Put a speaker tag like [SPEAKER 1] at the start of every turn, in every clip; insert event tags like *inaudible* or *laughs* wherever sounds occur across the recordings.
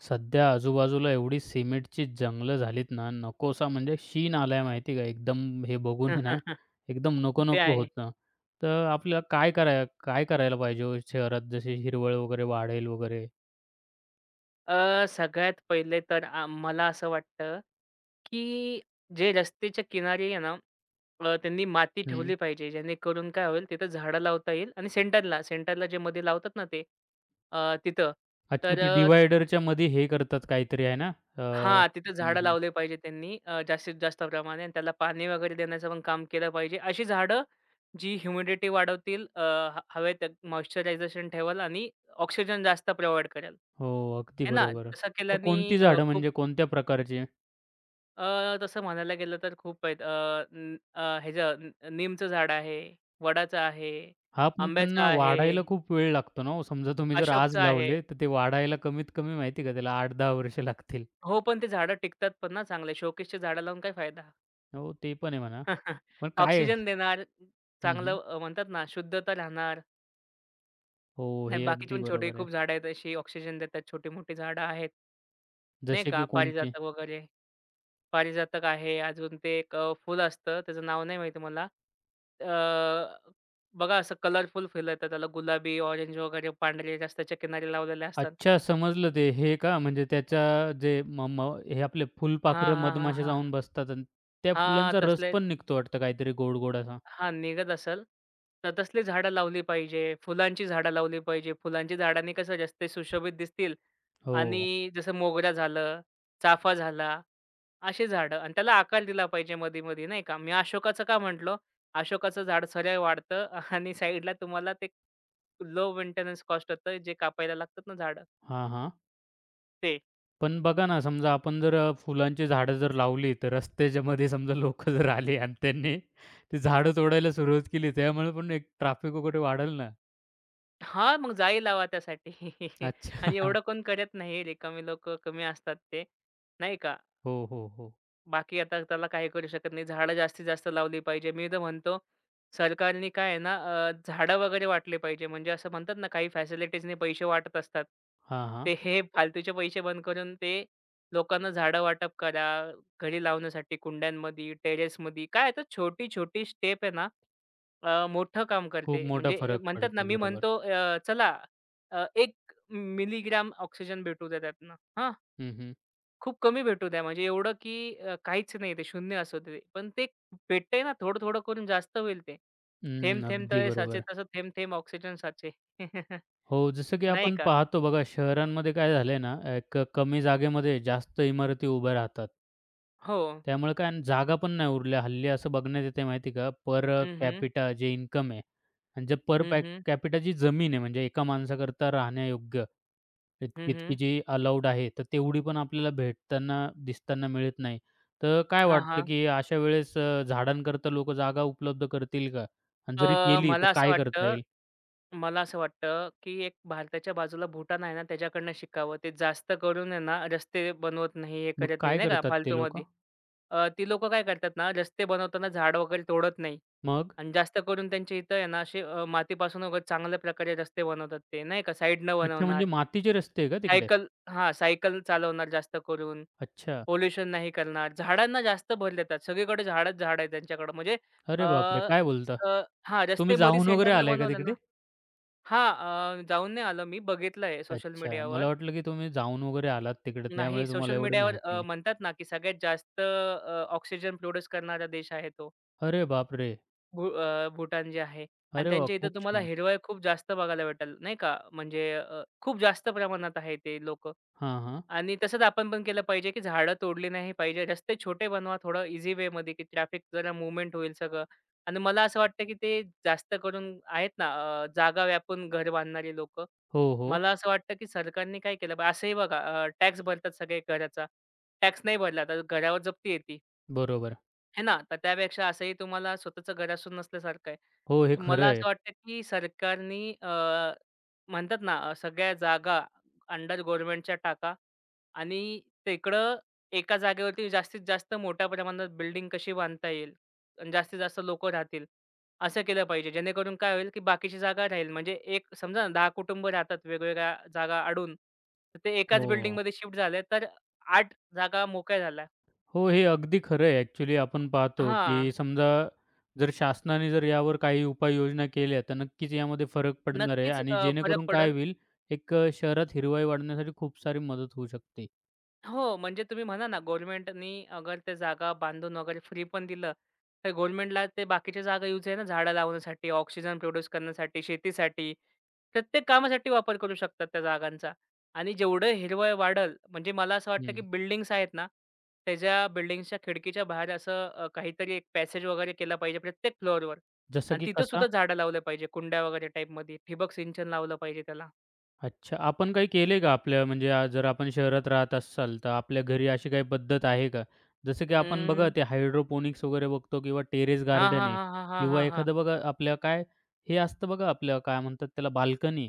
[SPEAKER 1] सध्या आजूबाजूला एवढी सिमेंटची जंगलं झालीत ना, नकोसा म्हणजे शीण आलाय माहिती आहे का? एकदम हे बघून आहे ना,
[SPEAKER 2] *laughs*
[SPEAKER 1] एकदम
[SPEAKER 2] ते
[SPEAKER 1] नको-नको
[SPEAKER 2] आहे.
[SPEAKER 1] होतं. तर आपल्याला काय करायला पाहिजे हो शहरात जशी हिरवळ वगैरे वाढेल वगैरे?
[SPEAKER 2] सगळ्यात पहिले तर मला असं वाटतं, की जे रस्त्याच्या किनारी आहे ना, त्यांनी माती
[SPEAKER 1] हं.
[SPEAKER 2] ठेवली पाहिजे. जेणेकरून काय होईल, तिथं झाडं लावता येईल आणि सेंटरला, सेंटरला जे मध्ये लावतात ना ते तिथं.
[SPEAKER 1] अच्छा
[SPEAKER 2] तर
[SPEAKER 1] ते
[SPEAKER 2] अ,
[SPEAKER 1] डिव्हायडरच्या मध्ये हे करतात काहीतरी आहे ना?
[SPEAKER 2] हां, तिथं
[SPEAKER 1] हं,
[SPEAKER 2] झाडं
[SPEAKER 1] हं.
[SPEAKER 2] लावले पाहिजे त्यांनी जास्तीत जास्त प्रमाणे आणि त्याला पाणी वगैरे देण्याचं पण काम केलं पाहिजे. अशी झाडं जी ह्युमिडिटी वाढवतील, हवेत मॉइश्चरायझेशन ठेवाल आणि ऑक्सिजन जास्त प्रोव्हाईड करेल.
[SPEAKER 1] हो, अगदी
[SPEAKER 2] आहे ना?
[SPEAKER 1] बरोबर.
[SPEAKER 2] तसं
[SPEAKER 1] तर
[SPEAKER 2] केल्याने
[SPEAKER 1] कोणती झाडं म्हणजे कोणत्या प्रकारची?
[SPEAKER 2] अ, तसं म्हणायला गेलं तर खूप आहेत. अ, न अ, ह्याचं अ, नीमचं झाड आहे, वडाचं आहे,
[SPEAKER 1] हां, पण
[SPEAKER 2] आंब्याचं
[SPEAKER 1] त्यांना
[SPEAKER 2] आहे,
[SPEAKER 1] वाढायला खूप वेळ लागतो ना हो. समजा तुम्ही जर आज
[SPEAKER 2] अशोकचं आहे.
[SPEAKER 1] लावले, तर ते वाढायला कमीत कमी माहिती आहे का त्याला 8-10 वर्ष लागतील.
[SPEAKER 2] हो, पण ते झाडं टिकतात पण ना चांगले. शोकेसची झाडं लावून काय फायदा?
[SPEAKER 1] हो, ते पण आहे म्हणा.
[SPEAKER 2] *laughs*
[SPEAKER 1] पण काय आहे?
[SPEAKER 2] ऑक्सिजन देणार,
[SPEAKER 1] हं, हं.
[SPEAKER 2] चांगलं म्हणतात ना शुद्धता राहणार.
[SPEAKER 1] हो,
[SPEAKER 2] नाही
[SPEAKER 1] हे
[SPEAKER 2] बाकीचे
[SPEAKER 1] अगदी
[SPEAKER 2] पण छोटे
[SPEAKER 1] बरोबर आहे.
[SPEAKER 2] खूप झाडं आहेत अशी ऑक्सिजन देतात छोटी-मोठी झाडं आहेत. नाही
[SPEAKER 1] जसे
[SPEAKER 2] का
[SPEAKER 1] की कोणते?
[SPEAKER 2] पारिजातक वगैरे. पारिजातक आहे अजून ते एक फुल असतं त्याचं नाव नाही माहिती मला. अ, बघा असं कलरफुल फुलं येतात त्याला गुलाबी, ऑरेंज वगैरे पांढरे रस्त्याच्या किनारी लावलेले असतात.
[SPEAKER 1] अच्छा, समजलं ते. हे का म्हणजे त्याच्या जे म म हे आपले
[SPEAKER 2] हां,
[SPEAKER 1] फुलपाखरे,
[SPEAKER 2] हां, हां,
[SPEAKER 1] मधमाशा
[SPEAKER 2] हां.
[SPEAKER 1] जाऊन बसतात आणि त्या
[SPEAKER 2] हां,
[SPEAKER 1] फुलांचा रस
[SPEAKER 2] तसले
[SPEAKER 1] पण निघतो वाटतं काहीतरी गोड-गोड असा.
[SPEAKER 2] हां, निघत असेल. तर तसली झाडं लावली पाहिजे. फुलांची झाडं लावली पाहिजे. फुलांची झाडांनी कसं रस्ते सुशोभित दिसतील
[SPEAKER 1] हो.
[SPEAKER 2] आणि जसं मोगरा झालं, चाफा झाला अशी झाडं आणि त्याला आकार दिला पाहिजे मधी-मधी नाही का. मी अशोकाचं का म्हटलो? अशोकाचं झाड सरळ वाढतं *laughs* आणि साईडला तुम्हाला ते लो मेंटेनन्स कॉस्ट होतं जे कापायला लागतात ना झाडं
[SPEAKER 1] हां, हां.
[SPEAKER 2] ते.
[SPEAKER 1] पण बघा ना, समजा आपण जर फुलांची झाडं जर लावली, तर रस्त्याच्या मध्ये समजा लोकं जर आले आणि त्यांनी ती झाडं तोडायला सुरुवात केली, त्यामुळे पण एक ट्रॅफिक वगैरे वाढेल ना?
[SPEAKER 2] हां, मग जाळी लावा त्यासाठी *laughs*
[SPEAKER 1] अच्छा.
[SPEAKER 2] आणि
[SPEAKER 1] *laughs*
[SPEAKER 2] एवढं कोण करत नाही. रिकामी लोकं कमी असतात ते, नाही का?
[SPEAKER 1] हो, हो, हो.
[SPEAKER 2] बाकी आता त्याला काही करू शकत नाही. झाडं जास्तीत जास्त लावली पाहिजे. मी तर म्हणतो सरकारने काय आहे ना झाडं वगैरे वाटले पाहिजे. म्हणजे असं म्हणतात ना काही फॅसिलिटीजने पैसे वाटत असतात.
[SPEAKER 1] हां, हां.
[SPEAKER 2] ते हे फालतूचे पैसे बंद करून ते लोकांना झाडं वाटप करा. घरी लावण्यासाठी कुंड्यांमध्ये, टेरेसमध्ये. काय आहे तर छोटी-छोटी स्टेप आहे ना मोठं काम
[SPEAKER 1] खूप
[SPEAKER 2] करते.
[SPEAKER 1] मोठा
[SPEAKER 2] म्हणजे
[SPEAKER 1] फरक
[SPEAKER 2] म्हणतात ना
[SPEAKER 1] पडतो.
[SPEAKER 2] मी
[SPEAKER 1] बरोबर.
[SPEAKER 2] म्हणतो चला 1 मिलीग्राम ऑक्सिजन भेटू द्या त्यातनं. हां.
[SPEAKER 1] हं, हं.
[SPEAKER 2] खूप कमी भेटू द्या म्हणजे एवढं की काहीच नाही ते शून्य असू दे. पण ते भेटतंय ना थोडं, थोडं करून जास्त होईल ते. थेंब
[SPEAKER 1] हं,
[SPEAKER 2] थेंब
[SPEAKER 1] अगदी
[SPEAKER 2] तळे साचे
[SPEAKER 1] बरोबर.
[SPEAKER 2] तसं थेंब थेंब ऑक्सिजन साचे. *laughs*
[SPEAKER 1] हो, जसं की
[SPEAKER 2] नाही
[SPEAKER 1] आपण
[SPEAKER 2] का?
[SPEAKER 1] पाहतो बघा शहरांमध्ये काय झालंय ना, एक कमी जागेमध्ये जास्त इमारती उभ्या राहतात.
[SPEAKER 2] हो.
[SPEAKER 1] त्यामुळे काय अन् जागा पण नाही उरल्या. हल्ली असं बघण्यात येतंय माहिती का, पर
[SPEAKER 2] हं, हं.
[SPEAKER 1] कॅपिटा जे इन्कम आहे आणि जे पर
[SPEAKER 2] हं,
[SPEAKER 1] पॅक
[SPEAKER 2] हं.
[SPEAKER 1] कॅपिटा जी जमीन आहे म्हणजे एका माणसाकरता राहण्यायोग्य
[SPEAKER 2] हं,
[SPEAKER 1] इतकी इतकी
[SPEAKER 2] हं.
[SPEAKER 1] जी अलाउड आहे, तर तेवढी पण आपल्याला भेटताना दिसताना मिळत नाही. तर काय
[SPEAKER 2] हां,
[SPEAKER 1] वाटतं,
[SPEAKER 2] हां.
[SPEAKER 1] की अशा वेळेस झाडांकरता लोकं जागा उपलब्ध करतील का? आणि जरी
[SPEAKER 2] अ,
[SPEAKER 1] केली तर
[SPEAKER 2] मला असं
[SPEAKER 1] काय करता
[SPEAKER 2] वाटतं
[SPEAKER 1] येईल?
[SPEAKER 2] मला असं वाटतं, की एक भारताच्या बाजूला भूटान आहे ना, त्याच्याकडनं शिकावं. ते जास्त करून आहे ना, रस्ते बनवत नाही, हे
[SPEAKER 1] मग
[SPEAKER 2] करत नाही,
[SPEAKER 1] काय
[SPEAKER 2] नाही का
[SPEAKER 1] करतात ते लोकं?
[SPEAKER 2] फालतूमध्ये. ती लोकं काय करतात ना, रस्ते बनवताना झाडं वगैरे तोडत नाही
[SPEAKER 1] मग?
[SPEAKER 2] आणि जास्त करून त्यांच्या इथं आहे ना, असे मातीपासून वगैरे चांगल्या प्रकारे रस्ते बनवतात ते, नाही का साईडनं
[SPEAKER 1] अच्छा, म्हणजे
[SPEAKER 2] बनवणार.
[SPEAKER 1] मातीचे रस्ते आहे का तिकडे?
[SPEAKER 2] सायकल हां, सायकल चालवणार जास्त करून.
[SPEAKER 1] अच्छा.
[SPEAKER 2] पोल्युशन नाही करणार. झाडांना जास्त भर देतात. सगळीकडे झाडच झाड आहे त्यांच्याकडं. अ,
[SPEAKER 1] अरे बापरे! काय बोलता?
[SPEAKER 2] अ, हां, रस्ते
[SPEAKER 1] तुम्ही
[SPEAKER 2] मध्ये
[SPEAKER 1] जाऊन वगैरे
[SPEAKER 2] सेंटरला
[SPEAKER 1] आलाय का
[SPEAKER 2] बनवलं ना
[SPEAKER 1] तिकडे?
[SPEAKER 2] हां, जाऊन नाही आलो मी. बघितलंय सोशल
[SPEAKER 1] अच्छा.
[SPEAKER 2] मीडियावर.
[SPEAKER 1] मला वाटलं की तुम्ही जाऊन वगैरे आलात तिकडे
[SPEAKER 2] नाही,
[SPEAKER 1] त्यामुळे तुम्हाला
[SPEAKER 2] सोशल
[SPEAKER 1] एवढी
[SPEAKER 2] मीडियावर
[SPEAKER 1] माहिती आहे.
[SPEAKER 2] म्हणतात ना, की सगळ्यात जास्त ऑक्सिजन प्रोड्यूस करणारा देश आहे तो.
[SPEAKER 1] अरे बापरे!
[SPEAKER 2] भूटान जे आहे आणि
[SPEAKER 1] अरे वाह!
[SPEAKER 2] त्यांच्या इथं
[SPEAKER 1] खूप
[SPEAKER 2] तुम्हाला
[SPEAKER 1] छान.
[SPEAKER 2] हिरवळ खूप जास्त बघायला भेटेल नाही का? म्हणजे खूप जास्त प्रमाणात आहे ते लोक
[SPEAKER 1] हां, हां.
[SPEAKER 2] आणि तसंच आपण पण केलं पाहिजे, की झाडं तोडली नाही पाहिजे. रस्ते छोटे बनवा थोडं इझी वेमध्ये, की ट्रॅफिक जरा मूव्हमेंट होईल सगळं. आणि मला असं वाटतं, की ते जास्त करून आहेत ना जागा व्यापून घर बांधणारी लोकं.
[SPEAKER 1] हो, हो.
[SPEAKER 2] मला असं वाटतं, की सरकारने काय केलं पाहिजे. असंही बघा टॅक्स भरतात सगळे घराचा. टॅक्स नाही भरला तर घरावर जप्ती येते.
[SPEAKER 1] बरोबर.
[SPEAKER 2] हे ना, तर त्यापेक्षा असंही तुम्हाला स्वतःचं घर असून नसल्यासारखं
[SPEAKER 1] हो, हे
[SPEAKER 2] आहे.
[SPEAKER 1] खरं
[SPEAKER 2] मला
[SPEAKER 1] आहे.
[SPEAKER 2] असं वाटतं, की सरकारनी म्हणतात ना, सगळ्या जागा अंडर गव्हर्नमेंटच्या टाका आणि तिकडं एका जागेवरती जास्तीत जास्त मोठ्या प्रमाणात बिल्डिंग कशी बांधता येईल आणि जास्तीत जास्त लोकं राहतील, असं केलं पाहिजे. जेणेकरून काय होईल, की बाकीची जागा राहील. म्हणजे एक समजा ना, 10 कुटुंब राहतात वेगवेगळ्या जागा अडून, तर ते एकाच
[SPEAKER 1] हो.
[SPEAKER 2] बिल्डिंगमध्ये शिफ्ट झाले, तर 8 जागा मोकळ्या झाल्या.
[SPEAKER 1] हो, हे अगदी खरं आहे. ॲक्चुअली आपण पाहतो, की
[SPEAKER 2] हां.
[SPEAKER 1] समजा जर शासनाने जर यावर काही उपाययोजना केल्या, तर नक्कीच यामध्ये फरक पडणार आहे
[SPEAKER 2] नक्कीच
[SPEAKER 1] आणि
[SPEAKER 2] फरक
[SPEAKER 1] जेणेकरून काय
[SPEAKER 2] पडेल.
[SPEAKER 1] होईल, एक शहरात हिरवाई वाढण्यासाठी खूप सारी मदत होऊ शकते.
[SPEAKER 2] हो, म्हणजे तुम्ही म्हणा ना गव्हर्नमेंटनी अगर ते जागा बांधून वगैरे फ्री पण दिलं, तर गव्हर्नमेंटला ते बाकीच्या जागा यूज आहे ना झाडं लावण्यासाठी, ऑक्सिजन प्रोड्यूस करण्यासाठी, शेतीसाठी, प्रत्येक कामासाठी वापर करू शकतात त्या जागांचा. आणि जेवढं हिरवळ वाढेल म्हणजे मला असं वाटतं की
[SPEAKER 1] हं.
[SPEAKER 2] बिल्डिंग्स आहेत ना, त्याच्या बिल्डिंग्सच्या खिडकीच्या बाहेर असं काहीतरी एक पॅसेज वगैरे केला पाहिजे प्रत्येक फ्लोअरवर
[SPEAKER 1] जसं
[SPEAKER 2] आणि
[SPEAKER 1] की
[SPEAKER 2] तिथं
[SPEAKER 1] कसा?
[SPEAKER 2] सुद्धा झाडं लावले पाहिजे. कुंड्या वगैरे टाईपमध्ये ठिबक सिंचन लावलं पाहिजे त्याला.
[SPEAKER 1] अच्छा. आपण काही केलंय का आपल्या म्हणजे जर आपण शहरात राहत असाल, तर आपल्या घरी अशी काही पद्धत आहे का? जसं की आपण बघा
[SPEAKER 2] अं,
[SPEAKER 1] ते हायड्रोपोनिक्स वगैरे बघतो किंवा टेरेस
[SPEAKER 2] हां,
[SPEAKER 1] गार्डन
[SPEAKER 2] हां,
[SPEAKER 1] आहे
[SPEAKER 2] हां, हां, हां,
[SPEAKER 1] किंवा
[SPEAKER 2] हां, हां.
[SPEAKER 1] एखादं बघा आपल्या काय हे असतं बघा आपलं काय म्हणतात त्याला बाल्कनी.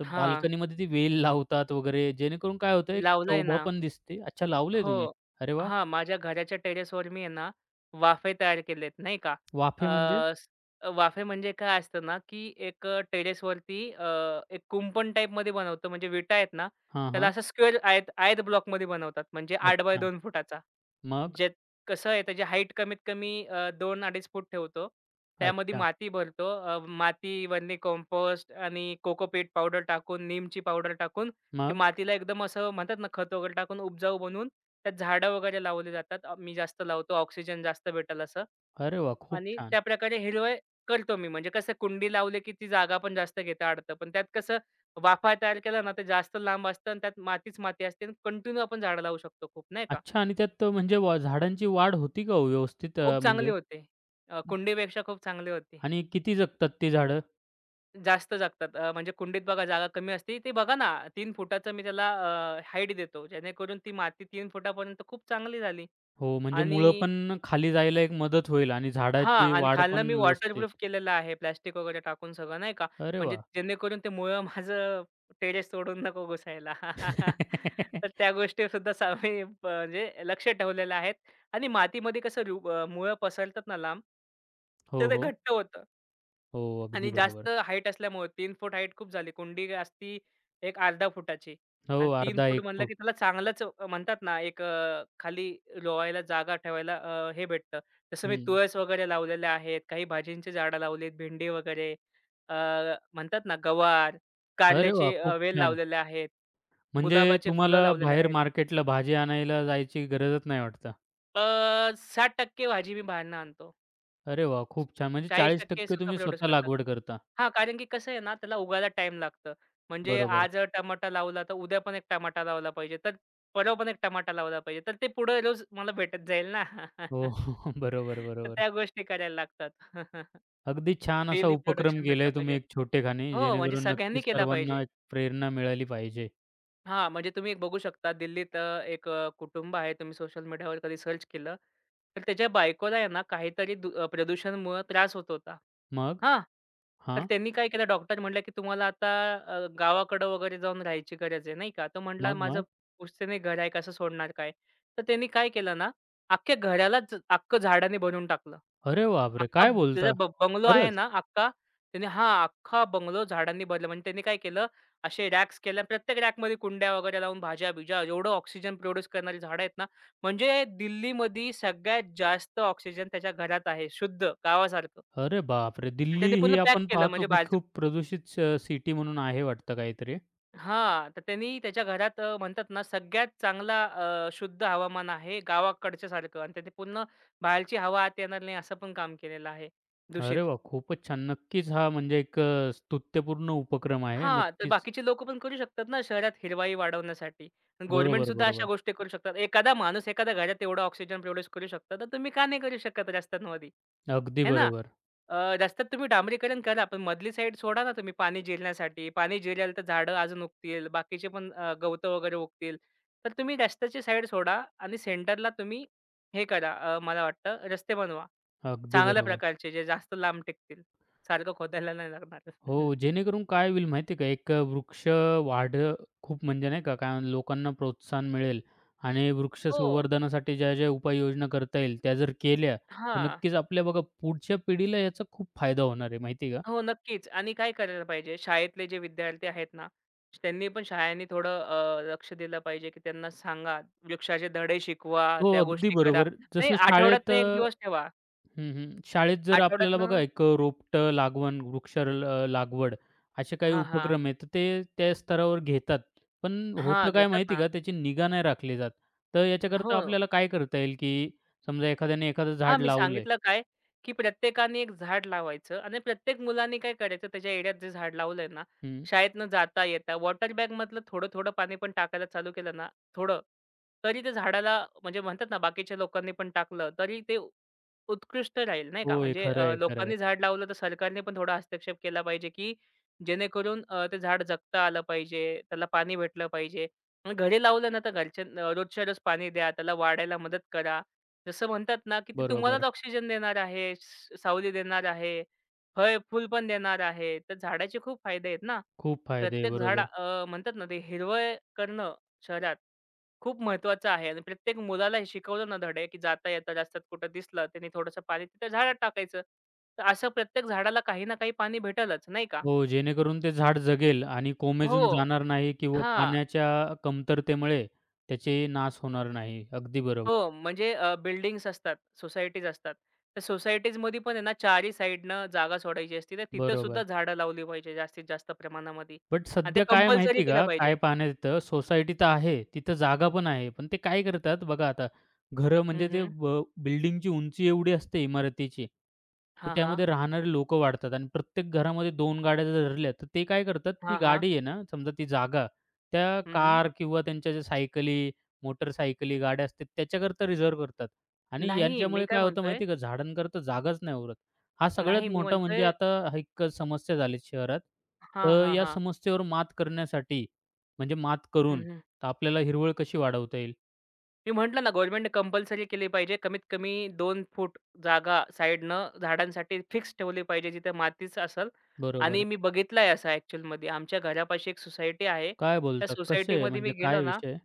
[SPEAKER 1] तर
[SPEAKER 2] हां,
[SPEAKER 1] बाल्कनीमध्ये ती वेल लावतात वगैरे जेणेकरून काय होतं एक
[SPEAKER 2] लावलंय
[SPEAKER 1] शोभा
[SPEAKER 2] ना.
[SPEAKER 1] पण दिसते. अच्छा लावलंय तुम्ही?
[SPEAKER 2] हो.
[SPEAKER 1] अरे वाह!
[SPEAKER 2] हां, माझ्या घराच्या टेरेसवर मी आहे ना, वाफे तयार केलेत नाही का. अ,
[SPEAKER 1] वाफे म्हणजे?
[SPEAKER 2] स वाफे म्हणजे काय असतं ना, की एक टेरेसवरती एक कुंपण टाईपमध्ये बनवतो. म्हणजे विटा आहेत ना,
[SPEAKER 1] हां,
[SPEAKER 2] त्याला
[SPEAKER 1] हां.
[SPEAKER 2] असं स्क्वेअर आयत आयत ब्लॉकमध्ये बनवतात. म्हणजे 8 बाय
[SPEAKER 1] अच्छा.
[SPEAKER 2] 2 फुटाचा.
[SPEAKER 1] मग?
[SPEAKER 2] ज्यात कसं आहे त्याची हाईट कमीत कमी 2-2.5 फूट ठेवतो. त्यामध्ये
[SPEAKER 1] अच्छा.
[SPEAKER 2] माती भरतो. माती, वर्मी कंपोस्ट आणि कोकोपीट पावडर टाकून, नीमची पावडर टाकून ते
[SPEAKER 1] मग?
[SPEAKER 2] मातीला एकदम असं म्हणतात ना खत वगैरे टाकून उपजाऊ बनवून त्यात झाडं वगैरे लावले जातात. मी जास्त लावतो ऑक्सिजन जास्त भेटेल असं.
[SPEAKER 1] अरे वाह! खूप
[SPEAKER 2] आणि
[SPEAKER 1] छान.
[SPEAKER 2] त्याप्रकारे हिरवळ करतो मी. म्हणजे कसं कुंडी लावली की ती जागा पण जास्त घेता अडतं. पण त्यात कसं वाफा तयार केला ना, ते जास्त लांब असतं आणि त्यात मातीच माती असते कंटिन्यू आपण झाडं लावू शकतो खूप नाही का?
[SPEAKER 1] अच्छा आणि त्यात म्हणजे वा झाडांची वाढ होती का हो व्यवस्थित
[SPEAKER 2] खूप चांगली
[SPEAKER 1] म्हणजे?
[SPEAKER 2] होते.
[SPEAKER 1] अ-
[SPEAKER 2] कुंडीपेक्षा खूप चांगली होती.
[SPEAKER 1] आणि किती जगतात ती झाडं?
[SPEAKER 2] जास्त जगतात. म्हणजे कुंडीत बघा जागा कमी असते. ते बघा ना 3 फुटाचं मी त्याला हाईट देतो. जेणेकरून ती माती 3 फुटापर्यंत खूप चांगली झाली
[SPEAKER 1] हो, म्हणजे
[SPEAKER 2] आणि
[SPEAKER 1] मुळं पण खाली जायला एक मदत होईल आणि
[SPEAKER 2] हां
[SPEAKER 1] झाडाची
[SPEAKER 2] आणि
[SPEAKER 1] वाढ
[SPEAKER 2] खालनं
[SPEAKER 1] पण
[SPEAKER 2] मी
[SPEAKER 1] व्यवस्थित.
[SPEAKER 2] वॉटरप्रूफ केलेलं आहे प्लास्टिक वगैरे टाकून सगळं नाही का.
[SPEAKER 1] अरे
[SPEAKER 2] म्हणजे
[SPEAKER 1] वाह!
[SPEAKER 2] जेणेकरून ते मुळं माझं टेरेस सोडून नको घुसायला. तर
[SPEAKER 1] *laughs*
[SPEAKER 2] त्या गोष्टी सुद्धा मी म्हणजे लक्ष ठेवलेलं आहेत आणि मातीमध्ये कसं मुळं पसरतात ना लांब,
[SPEAKER 1] हो,
[SPEAKER 2] तर ते
[SPEAKER 1] हो.
[SPEAKER 2] घट्ट होतं.
[SPEAKER 1] हो,
[SPEAKER 2] आणि
[SPEAKER 1] अगदी
[SPEAKER 2] जास्त
[SPEAKER 1] बरोबर.
[SPEAKER 2] हाईट असल्यामुळे 3 फूट हाईट खूप झाली. कुंडी असती एक अर्धा फुटाची
[SPEAKER 1] हो,
[SPEAKER 2] आणि तीन
[SPEAKER 1] अर्धा
[SPEAKER 2] फूट
[SPEAKER 1] एक
[SPEAKER 2] म्हणलं
[SPEAKER 1] फूट.
[SPEAKER 2] की त्याला चांगलंच म्हणतात ना एक खाली रोवायला जागा ठेवायला हे भेटतं. जसं मी
[SPEAKER 1] हं.
[SPEAKER 2] तुळस वगैरे लावलेल्या आहेत, काही भाजींची झाडं लावलीत, भेंडी वगैरे अ, म्हणतात ना गवार,
[SPEAKER 1] अरे वाह!
[SPEAKER 2] कारल्याची
[SPEAKER 1] खूप
[SPEAKER 2] वेल
[SPEAKER 1] छान.
[SPEAKER 2] लावलेल्या आहेत,
[SPEAKER 1] म्हणजे
[SPEAKER 2] गुलाबाचे फुलं
[SPEAKER 1] तुम्हाला
[SPEAKER 2] लावलेले
[SPEAKER 1] बाहेर
[SPEAKER 2] आहेत.
[SPEAKER 1] मार्केटला भाजी आणायला जायची गरजच नाही वाटतं.
[SPEAKER 2] अ, 60% भाजी मी बाहेरनं आणतो.
[SPEAKER 1] अरे वाह! खूप छान. म्हणजे
[SPEAKER 2] 40%
[SPEAKER 1] 40%
[SPEAKER 2] स्वतः
[SPEAKER 1] तुम्ही
[SPEAKER 2] प्रोड्यूस
[SPEAKER 1] स्वतः
[SPEAKER 2] करतात.
[SPEAKER 1] लागवड करता.
[SPEAKER 2] हां, कारण की कसं आहे ना, त्याला उगायला टाईम लागतं. म्हणजे
[SPEAKER 1] बरोबर.
[SPEAKER 2] आज टमाटा लावला, तर उद्या पण एक टमाटा लावला पाहिजे. तर परवा पण एक टमाटा लावला पाहिजे. तर ते पुढे रोज मला भेटत जाईल ना.
[SPEAKER 1] हो,
[SPEAKER 2] *laughs*
[SPEAKER 1] *laughs* बरोबर,
[SPEAKER 2] तर
[SPEAKER 1] बरोबर.
[SPEAKER 2] त्या गोष्टी करायला लागतात. *laughs*
[SPEAKER 1] अगदी छान असा
[SPEAKER 2] डेली
[SPEAKER 1] उपक्रम
[SPEAKER 2] प्रोडक्शन
[SPEAKER 1] केलाय
[SPEAKER 2] भेटलं
[SPEAKER 1] तुम्ही
[SPEAKER 2] पाहिजे.
[SPEAKER 1] एक छोटेखानी,
[SPEAKER 2] हो, म्हणजे
[SPEAKER 1] जेणेकरून
[SPEAKER 2] सगळ्यांनी
[SPEAKER 1] नक्कीच
[SPEAKER 2] केला
[SPEAKER 1] सर्वांना
[SPEAKER 2] पाहिजे.
[SPEAKER 1] एक प्रेरणा मिळाली पाहिजे.
[SPEAKER 2] हां, म्हणजे तुम्ही एक बघू शकता दिल्लीत एक कुटुंब आहे. तुम्ही सोशल मीडियावर कधी सर्च केलं, तर त्याच्या बायकोला आहे ना काहीतरी प्रदूषणमुळं त्रास होत होता.
[SPEAKER 1] मग?
[SPEAKER 2] हां, तर
[SPEAKER 1] हां.
[SPEAKER 2] त्यांनी काय केलं डॉक्टर म्हटला, की "तुम्हाला आता गावाकडं वगैरे जाऊन राहायची गरज आहे." नाही का. तो म्हटला,
[SPEAKER 1] मग,
[SPEAKER 2] "माझं
[SPEAKER 1] मग?
[SPEAKER 2] पुश्तैनी घर आहे, कसं सोडणार काय?" तर त्यांनी काय केलं ना, अख्ख्या घरालाच अख्खं झाडाने भरून टाकलं.
[SPEAKER 1] अरे बापरे! काय
[SPEAKER 2] त्याचा
[SPEAKER 1] बोलता?
[SPEAKER 2] बंगलो आहे
[SPEAKER 1] खरंच?
[SPEAKER 2] ना अख्खा त्याने हां, अख्खा बंगलो झाडांनी भरला. म्हणजे त्यांनी काय केलं असे रॅक्स केल्या प्रत्येक रॅकमध्ये कुंड्या वगैरे लावून भाज्या-बिज्या एवढं ऑक्सिजन प्रोड्यूस करणारी झाडं आहेत ना, म्हणजे दिल्लीमध्ये सगळ्यात जास्त ऑक्सिजन त्याच्या घरात आहे शुद्ध गावासारखं.
[SPEAKER 1] अरे बापरे!
[SPEAKER 2] आणि
[SPEAKER 1] दिल्ली
[SPEAKER 2] त्यांनी पूर्ण
[SPEAKER 1] ही
[SPEAKER 2] पॅक
[SPEAKER 1] आपण
[SPEAKER 2] केलं
[SPEAKER 1] पाहतो
[SPEAKER 2] म्हणजे
[SPEAKER 1] की
[SPEAKER 2] बाहेरचं
[SPEAKER 1] खूप प्रदूषित सिटी म्हणून आहे वाटतं काहीतरी.
[SPEAKER 2] हां, तर त्यांनी त्याच्या घरात म्हणतात ना सगळ्यात चांगला शुद्ध हवामान आहे गावाकडच्यासारखं आणि त्याने पूर्ण बाहेरची हवा आत येणार नाही असं पण काम केलेलं आहे दूषित.
[SPEAKER 1] अरे वाह! खूपच छान. नक्कीच हा म्हणजे एक स्तुत्यपूर्ण उपक्रम आहे.
[SPEAKER 2] हां, तर
[SPEAKER 1] नक्कीच.
[SPEAKER 2] बाकीचे लोकं पण करू शकतात ना शहरात हिरवाई वाढवण्यासाठी. गव्हर्नमेंट
[SPEAKER 1] बरोबर,
[SPEAKER 2] सुद्धा अशा
[SPEAKER 1] बरोबर.
[SPEAKER 2] गोष्टी करू शकतात. एखादा माणूस एखाद्या घरात एवढा ऑक्सिजन प्रोड्यूस करू शकतो, तर तुम्ही का नाही करू शकत रस्त्यांमध्ये?
[SPEAKER 1] अगदी
[SPEAKER 2] हे ना?
[SPEAKER 1] बरोबर.
[SPEAKER 2] अ, रस्त्यात तुम्ही डांबरीकरण करा, पण मधली साईड सोडा ना तुम्ही पाणी जिरण्यासाठी. पाणी जिरेल तर झाडं अजून उगतील, बाकीचे पण वगैरे उगतील. तर तुम्ही रस्त्याची साईड सोडा आणि सेंटरला तुम्ही हे करा मला वाटतं रस्ते बनवा.
[SPEAKER 1] अगदी
[SPEAKER 2] चांगल्या
[SPEAKER 1] बरोबर.
[SPEAKER 2] प्रकारचे जे जास्त लांब टिकतील. सारखं खोदायला नाही लागणार. *laughs*
[SPEAKER 1] हो, जेणेकरून काय होईल माहिती आहे का, एक वृक्ष वाढ खूप म्हणजे नाही का, काय लोकांना प्रोत्साहन मिळेल आणि वृक्ष
[SPEAKER 2] हो.
[SPEAKER 1] संवर्धनासाठी ज्या-ज्या उपाययोजना करता येईल, त्या जर केल्या, तर
[SPEAKER 2] हां.
[SPEAKER 1] नक्कीच आपल्या बघा पुढच्या पिढीला याचा खूप फायदा होणार आहे, माहिती आहे का?
[SPEAKER 2] हो, नक्कीच. आणि काय करायला पाहिजे शाळेतले जे विद्यार्थी आहेत ना, त्यांनी पण शाळांनी थोडं लक्ष दिलं पाहिजे, की त्यांना सांगा, वृक्षाचे धडे शिकवा,
[SPEAKER 1] हो,
[SPEAKER 2] त्या
[SPEAKER 1] अगदी
[SPEAKER 2] गोष्टी करा.
[SPEAKER 1] बरोबर.
[SPEAKER 2] नाही
[SPEAKER 1] जसं शाळेत
[SPEAKER 2] आठवड्यातनं 1 दिवस ठेवा.
[SPEAKER 1] हं, हं. शाळेत जर आपल्याला
[SPEAKER 2] आठवड्यातनं
[SPEAKER 1] बघा एक रोपटं लागवण, वृक्ष लागवड असे काही
[SPEAKER 2] हां, हां.
[SPEAKER 1] उपक्रम आहेत, तर ते त्या स्तरावर घेतात. पण
[SPEAKER 2] हां,
[SPEAKER 1] होतं काय
[SPEAKER 2] घेतात
[SPEAKER 1] माहिती आहे
[SPEAKER 2] ना.
[SPEAKER 1] का, त्याची निगा नाही राखली जात. तर
[SPEAKER 2] हो.
[SPEAKER 1] याच्याकरता आपल्याला काय करता येईल, की समजा एखाद्याने एखादं
[SPEAKER 2] हां,
[SPEAKER 1] झाड
[SPEAKER 2] मी
[SPEAKER 1] लावलंय
[SPEAKER 2] सांगितलं काय, की प्रत्येकाने एक झाड लावायचं आणि प्रत्येक मुलाने काय करायचं त्याच्या एरियात जे झाड लावलंय ना,
[SPEAKER 1] हं.
[SPEAKER 2] शाळेतनं जाता-येता वॉटर बॅगमधलं थोडं-थोडं पाणी पण टाकायला चालू केलं ना, थोडं, तरी ते झाडाला म्हणजे म्हणतात ना, बाकीच्या लोकांनी पण टाकलं तरी ते उत्कृष्ट राहील नाही का.
[SPEAKER 1] होय,
[SPEAKER 2] म्हणजे
[SPEAKER 1] खरं आहे, खरं आहे.
[SPEAKER 2] लोकांनी झाड लावलं तर सरकारने पण थोडा हस्तक्षेप केला पाहिजे, की जेणेकरून ते झाड जगता आलं पाहिजे, त्याला पाणी भेटलं पाहिजे. मग घरी लावलं ना, तर घरच्या रोजच्या रोज पाणी द्या, त्याला वाढायला मदत करा. जसं म्हणतात ना, की ते तुम्हालाच
[SPEAKER 1] बरोबर.
[SPEAKER 2] ऑक्सिजन देणार आहे, सावली देणार आहे, फळ-फूल पण देणार आहे. तर झाडाचे खूप फायदे आहेत ना.
[SPEAKER 1] खूप फायदे आहे.
[SPEAKER 2] प्रत्येक झाड
[SPEAKER 1] बरोबर.
[SPEAKER 2] म्हणतात ना, ते हिरवळ करणं शहरात खूप महत्त्वाचं आहे आणि प्रत्येक मुलाला हे शिकवलं ना धडे, की जाता-येता रस्त्यात कुठं दिसलं, त्याने थोडंसं पाणी तिथं झाडात टाकायचं. तर असं प्रत्येक झाडाला काही ना काही पाणी भेटेलच, नाही का?
[SPEAKER 1] हो, जेणेकरून ते झाड जगेल आणि
[SPEAKER 2] हो.
[SPEAKER 1] कोमेजून
[SPEAKER 2] हो.
[SPEAKER 1] जाणार नाही किंवा पाण्याच्या कमतरतेमुळे त्याचे नाश होणार नाही. अगदी बरोबर.
[SPEAKER 2] हो, म्हणजे बिल्डिंग्स असतात, सोसायटीज असतात. तर सोसायटीजमध्ये पण आहे ना, चारही साइडनं जागा सोडायची असते. तर तिथं सुद्धा
[SPEAKER 1] बरोबर.
[SPEAKER 2] झाडं लावली पाहिजे जास्तीत जास्त प्रमाणामध्ये
[SPEAKER 1] बट
[SPEAKER 2] आणि ते
[SPEAKER 1] सध्या काय
[SPEAKER 2] कंपल्सरी
[SPEAKER 1] माहिती आहे
[SPEAKER 2] केलं
[SPEAKER 1] का, काय
[SPEAKER 2] पाहिजे.
[SPEAKER 1] पाहण्यात येतं, सोसायटी तर आहे, तिथं जागा पण आहे. पण ते काय करतात बघा आता, घरं
[SPEAKER 2] हं,
[SPEAKER 1] म्हणजे ते
[SPEAKER 2] हं.
[SPEAKER 1] बिल्डिंगची उंची एवढी असते इमारतीची, तर
[SPEAKER 2] हां, हां.
[SPEAKER 1] त्यामध्ये राहणारे लोकं वाढतात आणि प्रत्येक घरामध्ये 2 गाड्या जर धरल्या, तर ते काय करतात, ती
[SPEAKER 2] हां, हां.
[SPEAKER 1] गाडी आहे ना, समजा ती जागा, त्या
[SPEAKER 2] हं, हं.
[SPEAKER 1] कार किंवा त्यांच्या ज्या सायकली, मोटरसायकली, गाड्या असतात त्याच्याकरता रिझर्व्ह करतात आणि
[SPEAKER 2] नाही, मी
[SPEAKER 1] यांच्यामुळे
[SPEAKER 2] काय
[SPEAKER 1] काय होतं
[SPEAKER 2] म्हणतोय
[SPEAKER 1] माहिती का, झाडांकरता जागाच नाही उरत. हा
[SPEAKER 2] नाही,
[SPEAKER 1] सगळ्यात
[SPEAKER 2] मी
[SPEAKER 1] मोठा म्हणजे
[SPEAKER 2] म्हणतोय
[SPEAKER 1] आता हा एक समस्या झाली शहरात.
[SPEAKER 2] हां,
[SPEAKER 1] तर
[SPEAKER 2] हां,
[SPEAKER 1] या
[SPEAKER 2] हां.
[SPEAKER 1] समस्येवर मात करण्यासाठी म्हणजे मात
[SPEAKER 2] हं,
[SPEAKER 1] करून
[SPEAKER 2] हं.
[SPEAKER 1] तर आपल्याला हिरवळ कशी वाढवता येईल?
[SPEAKER 2] मी म्हटलं ना गव्हर्नमेंटने कंपल्सरी केली पाहिजे. कमीत कमी 2 फूट जागा साइडनं झाडांसाठी फिक्स ठेवली पाहिजे जिथे मातीच असेल आणि
[SPEAKER 1] बरोबर.
[SPEAKER 2] मी बघितलंय असं ॲक्चुअलमध्ये. आमच्या घरापाशी एक सोसायटी आहे.
[SPEAKER 1] काय
[SPEAKER 2] त्या
[SPEAKER 1] बोलता? कसे आहे
[SPEAKER 2] सोसायटीमध्ये मी
[SPEAKER 1] म्हणजे
[SPEAKER 2] गेलो
[SPEAKER 1] काय
[SPEAKER 2] ना,
[SPEAKER 1] विषय?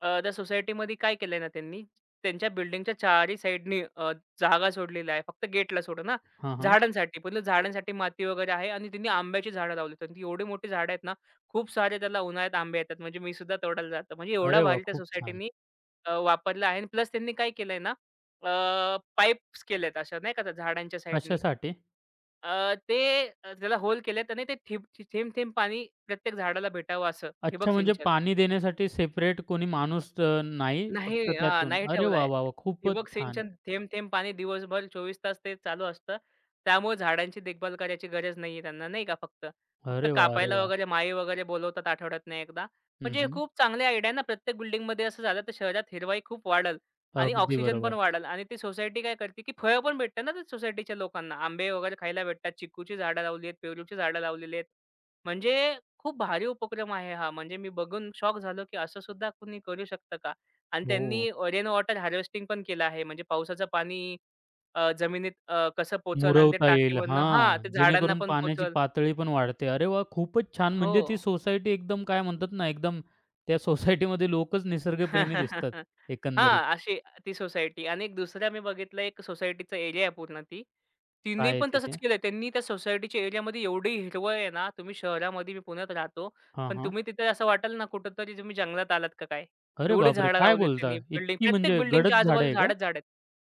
[SPEAKER 2] त्या सोसायटीमध्ये काय केलंय ना त्यांनी, त्यांच्या बिल्डिंगच्या चारही साइडनी जागा सोडलेली आहे. फक्त गेटला सोडून हां,
[SPEAKER 1] हां, हां.
[SPEAKER 2] झाडांसाठी. पण झाडांसाठी माती वगैरे आहे आणि त्यांनी आंब्याची झाडं लावली. तर एवढी मोठी झाडं आहेत ना, खूप सारे त्याला उन्हाळ्यात आंबे येतात. म्हणजे मी सुद्धा तोडायला जातो. म्हणजे एवढा
[SPEAKER 1] अरे वाह!
[SPEAKER 2] भारी त्या
[SPEAKER 1] खूप छान.
[SPEAKER 2] सोसायटीनी वापरलं आहे आणि प्लस त्यांनी काय केलंय ना, अ, पाईप्स केलेत अशा नाही का त्या झाडांच्या साइडनी.
[SPEAKER 1] कशासाठी?
[SPEAKER 2] ते त्याला होल केलेत आणि ते थिंब थेंब थेंब-थेंब पाणी प्रत्येक झाडाला भेटावं असं ठिबक
[SPEAKER 1] अच्छा म्हणजे
[SPEAKER 2] सिंचन.
[SPEAKER 1] पाणी देण्यासाठी सेपरेट कोणी माणूस नाही
[SPEAKER 2] नाही
[SPEAKER 1] फक्त
[SPEAKER 2] हां,
[SPEAKER 1] त्यातून.
[SPEAKER 2] नाही
[SPEAKER 1] अरे वाह,
[SPEAKER 2] ठेवलाय.
[SPEAKER 1] वाह, वाह! खूपच
[SPEAKER 2] ठिबक
[SPEAKER 1] छान.
[SPEAKER 2] सिंचन थेंब-थेंब पाणी दिवसभर 24 तास ते चालू असतं. त्यामुळे झाडांची देखभाल करायची गरज नाहीये त्यांना नाही का फक्त. फक्त
[SPEAKER 1] अरे वाह! अरे
[SPEAKER 2] कापायला
[SPEAKER 1] वाह!
[SPEAKER 2] वगैरे माळी वगैरे बोलवतात आठवड्यातून एकदा.
[SPEAKER 1] हं,
[SPEAKER 2] म्हणजे हे
[SPEAKER 1] हं.
[SPEAKER 2] खूप चांगली आयडिया ना. प्रत्येक बिल्डिंगमध्ये असं झालं तर शहरात हिरवाई खूप वाढेल आणि
[SPEAKER 1] अगदी
[SPEAKER 2] ऑक्सिजन पण
[SPEAKER 1] बरोबर.
[SPEAKER 2] वाढेल आणि ती सोसायटी काय करते, की फळं पण भेटतात ना त्या सोसायटीच्या लोकांना. आंबे वगैरे खायला भेटतात. चिकूची झाडं लावली आहेत, पेरूची झाडं लावलेली आहेत. म्हणजे खूप भारी उपक्रम आहे हा. म्हणजे मी बघून शॉक झालो, की असं सुद्धा कुणी करू शकतं का? आणि
[SPEAKER 1] हो.
[SPEAKER 2] त्यांनी रेन वॉटर हार्वेस्टिंग पण केलं आहे. म्हणजे पावसाचं पाणी जमिनीत कसं पोहोचल आणि ते
[SPEAKER 1] मुरवता येईल.
[SPEAKER 2] टाकीमधनं हां,
[SPEAKER 1] हां,
[SPEAKER 2] ते झाडांना
[SPEAKER 1] जेणेकरून
[SPEAKER 2] पण
[SPEAKER 1] पाण्याची
[SPEAKER 2] पोहोचल.
[SPEAKER 1] पातळी पण वाढते. अरे वाह! खूपच छान.
[SPEAKER 2] हो.
[SPEAKER 1] म्हणजे ती सोसायटी एकदम काय म्हणतात ना, एकदम त्या सोसायटीमध्ये लोकच निसर्गप्रेमी दिसतात
[SPEAKER 2] *laughs* हां,
[SPEAKER 1] एकंदरीत.
[SPEAKER 2] अशी ती सोसायटी आणि एक दुसरं मी बघितलं एक सोसायटीचा एरिया आहे पूर्ण ती. तिने
[SPEAKER 1] काय आहे
[SPEAKER 2] पण तसंच
[SPEAKER 1] तिथे?
[SPEAKER 2] केलंय. त्यांनी त्या सोसायटीच्या एरियामध्ये एवढी हिरवळ आहे ना, तुम्ही शहरामध्ये मी पुण्यात राहतो.
[SPEAKER 1] हां,
[SPEAKER 2] पण
[SPEAKER 1] हां.
[SPEAKER 2] तुम्ही तिथे असं वाटेल ना कुठेतरी तुम्ही जंगलात आलात का काय?
[SPEAKER 1] अरे
[SPEAKER 2] एवढी
[SPEAKER 1] बापरे!
[SPEAKER 2] झाडं
[SPEAKER 1] काय
[SPEAKER 2] लावली
[SPEAKER 1] बोलता?
[SPEAKER 2] त्यांनी. बिल्डिंग
[SPEAKER 1] इतकी
[SPEAKER 2] प्रत्येक
[SPEAKER 1] म्हणजे
[SPEAKER 2] बिल्डिंगच्या
[SPEAKER 1] गडद झाडं आहे
[SPEAKER 2] आजूबाजूला
[SPEAKER 1] का?
[SPEAKER 2] झाडच झाडं आहेत.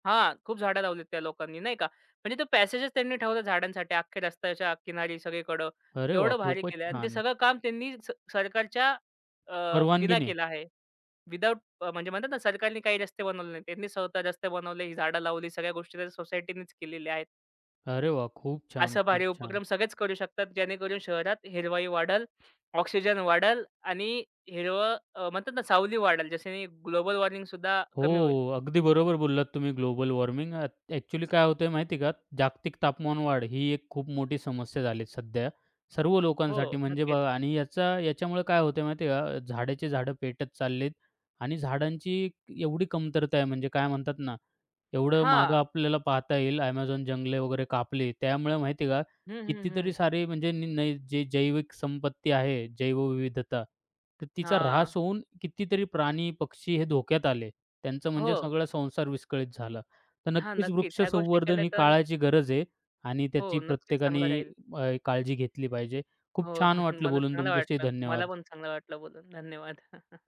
[SPEAKER 2] हां, खूप झाडं लावलीत त्या लोकांनी नाही का. म्हणजे तो पॅसेजच त्यांनी ठेवला झाडांसाठी अख्ख्या रस्त्याच्या किनारी सगळीकडं.
[SPEAKER 1] अरे वाह!
[SPEAKER 2] एवढं भारी
[SPEAKER 1] खूपच
[SPEAKER 2] केलंय आणि ते
[SPEAKER 1] छान.
[SPEAKER 2] सगळं काम त्यांनी सरकारच्या अ, बिना
[SPEAKER 1] परवानगीने.
[SPEAKER 2] केलं आहे. विदाऊट म्हणजे म्हणतात ना सरकारने काही रस्ते बनवले नाही. त्यांनी स्वतः रस्ते बनवले, ही झाडं लावली, सगळ्या गोष्टी त्या सोसायटीनेच केलेल्या आहेत.
[SPEAKER 1] अरे वाह! खूप छान,
[SPEAKER 2] असा
[SPEAKER 1] खूप
[SPEAKER 2] भारी
[SPEAKER 1] छान.
[SPEAKER 2] उपक्रम सगळेच करू शकतात, जेणेकरून शहरात हिरवाई वाढेल, ऑक्सिजन वाढेल आणि हिरवं म्हणतात ना सावली वाढेल, ज्याच्याने ग्लोबल वॉर्मिंग सुद्धा
[SPEAKER 1] हो,
[SPEAKER 2] कमी होईल.
[SPEAKER 1] अगदी बरोबर बोललात तुम्ही. ग्लोबल वॉर्मिंग ॲक्चुअली काय होतंय माहिती आहे का? जागतिक तापमान वाढ ही एक खूप मोठी समस्या झाली आहे सध्या सर्व
[SPEAKER 2] हो,
[SPEAKER 1] लोकांसाठी. म्हणजे
[SPEAKER 2] नक्कीच.
[SPEAKER 1] बघा आणि याचा याच्यामुळे काय होतंय माहिती आहे का? झाडाची झाडं पेटत चाललीत आणि झाडांची एवढी कमतरता आहे म्हणजे काय म्हणतात ना, एवढं मागं
[SPEAKER 2] हां.
[SPEAKER 1] आपल्याला पाहता येईल Amazon जंगले वगैरे कापली. त्यामुळे माहिती आहे का?
[SPEAKER 2] हं, हं,
[SPEAKER 1] कितीतरी
[SPEAKER 2] हं.
[SPEAKER 1] सारी म्हणजे नि नै जे जैविक संपत्ती आहे, जैवविविधता तर तिचा
[SPEAKER 2] हां.
[SPEAKER 1] ऱ्हास होऊन कितीतरी प्राणी, पक्षी हे धोक्यात आले. त्यांचं
[SPEAKER 2] हो.
[SPEAKER 1] म्हणजे सगळा संसार विस्कळीत झाला. तर
[SPEAKER 2] हां,
[SPEAKER 1] नक्कीच
[SPEAKER 2] नक्कीच.
[SPEAKER 1] वृक्ष
[SPEAKER 2] ह्या गोष्टी
[SPEAKER 1] संवर्धन
[SPEAKER 2] केल्या
[SPEAKER 1] ही
[SPEAKER 2] तर
[SPEAKER 1] काळाची गरज आहे आणि
[SPEAKER 2] हो,
[SPEAKER 1] त्याची
[SPEAKER 2] नक्कीच चांगलं
[SPEAKER 1] प्रत्येकाने
[SPEAKER 2] राहील.
[SPEAKER 1] काळजी घेतली पाहिजे. खूप
[SPEAKER 2] हो,
[SPEAKER 1] छान
[SPEAKER 2] *laughs*
[SPEAKER 1] वाटलं
[SPEAKER 2] मला
[SPEAKER 1] बोलून
[SPEAKER 2] चांगलं
[SPEAKER 1] तुमच्याशी.
[SPEAKER 2] वाटलं. मला पण
[SPEAKER 1] धन्यवाद.
[SPEAKER 2] चांगलं वाटलं बोलून. धन्यवाद.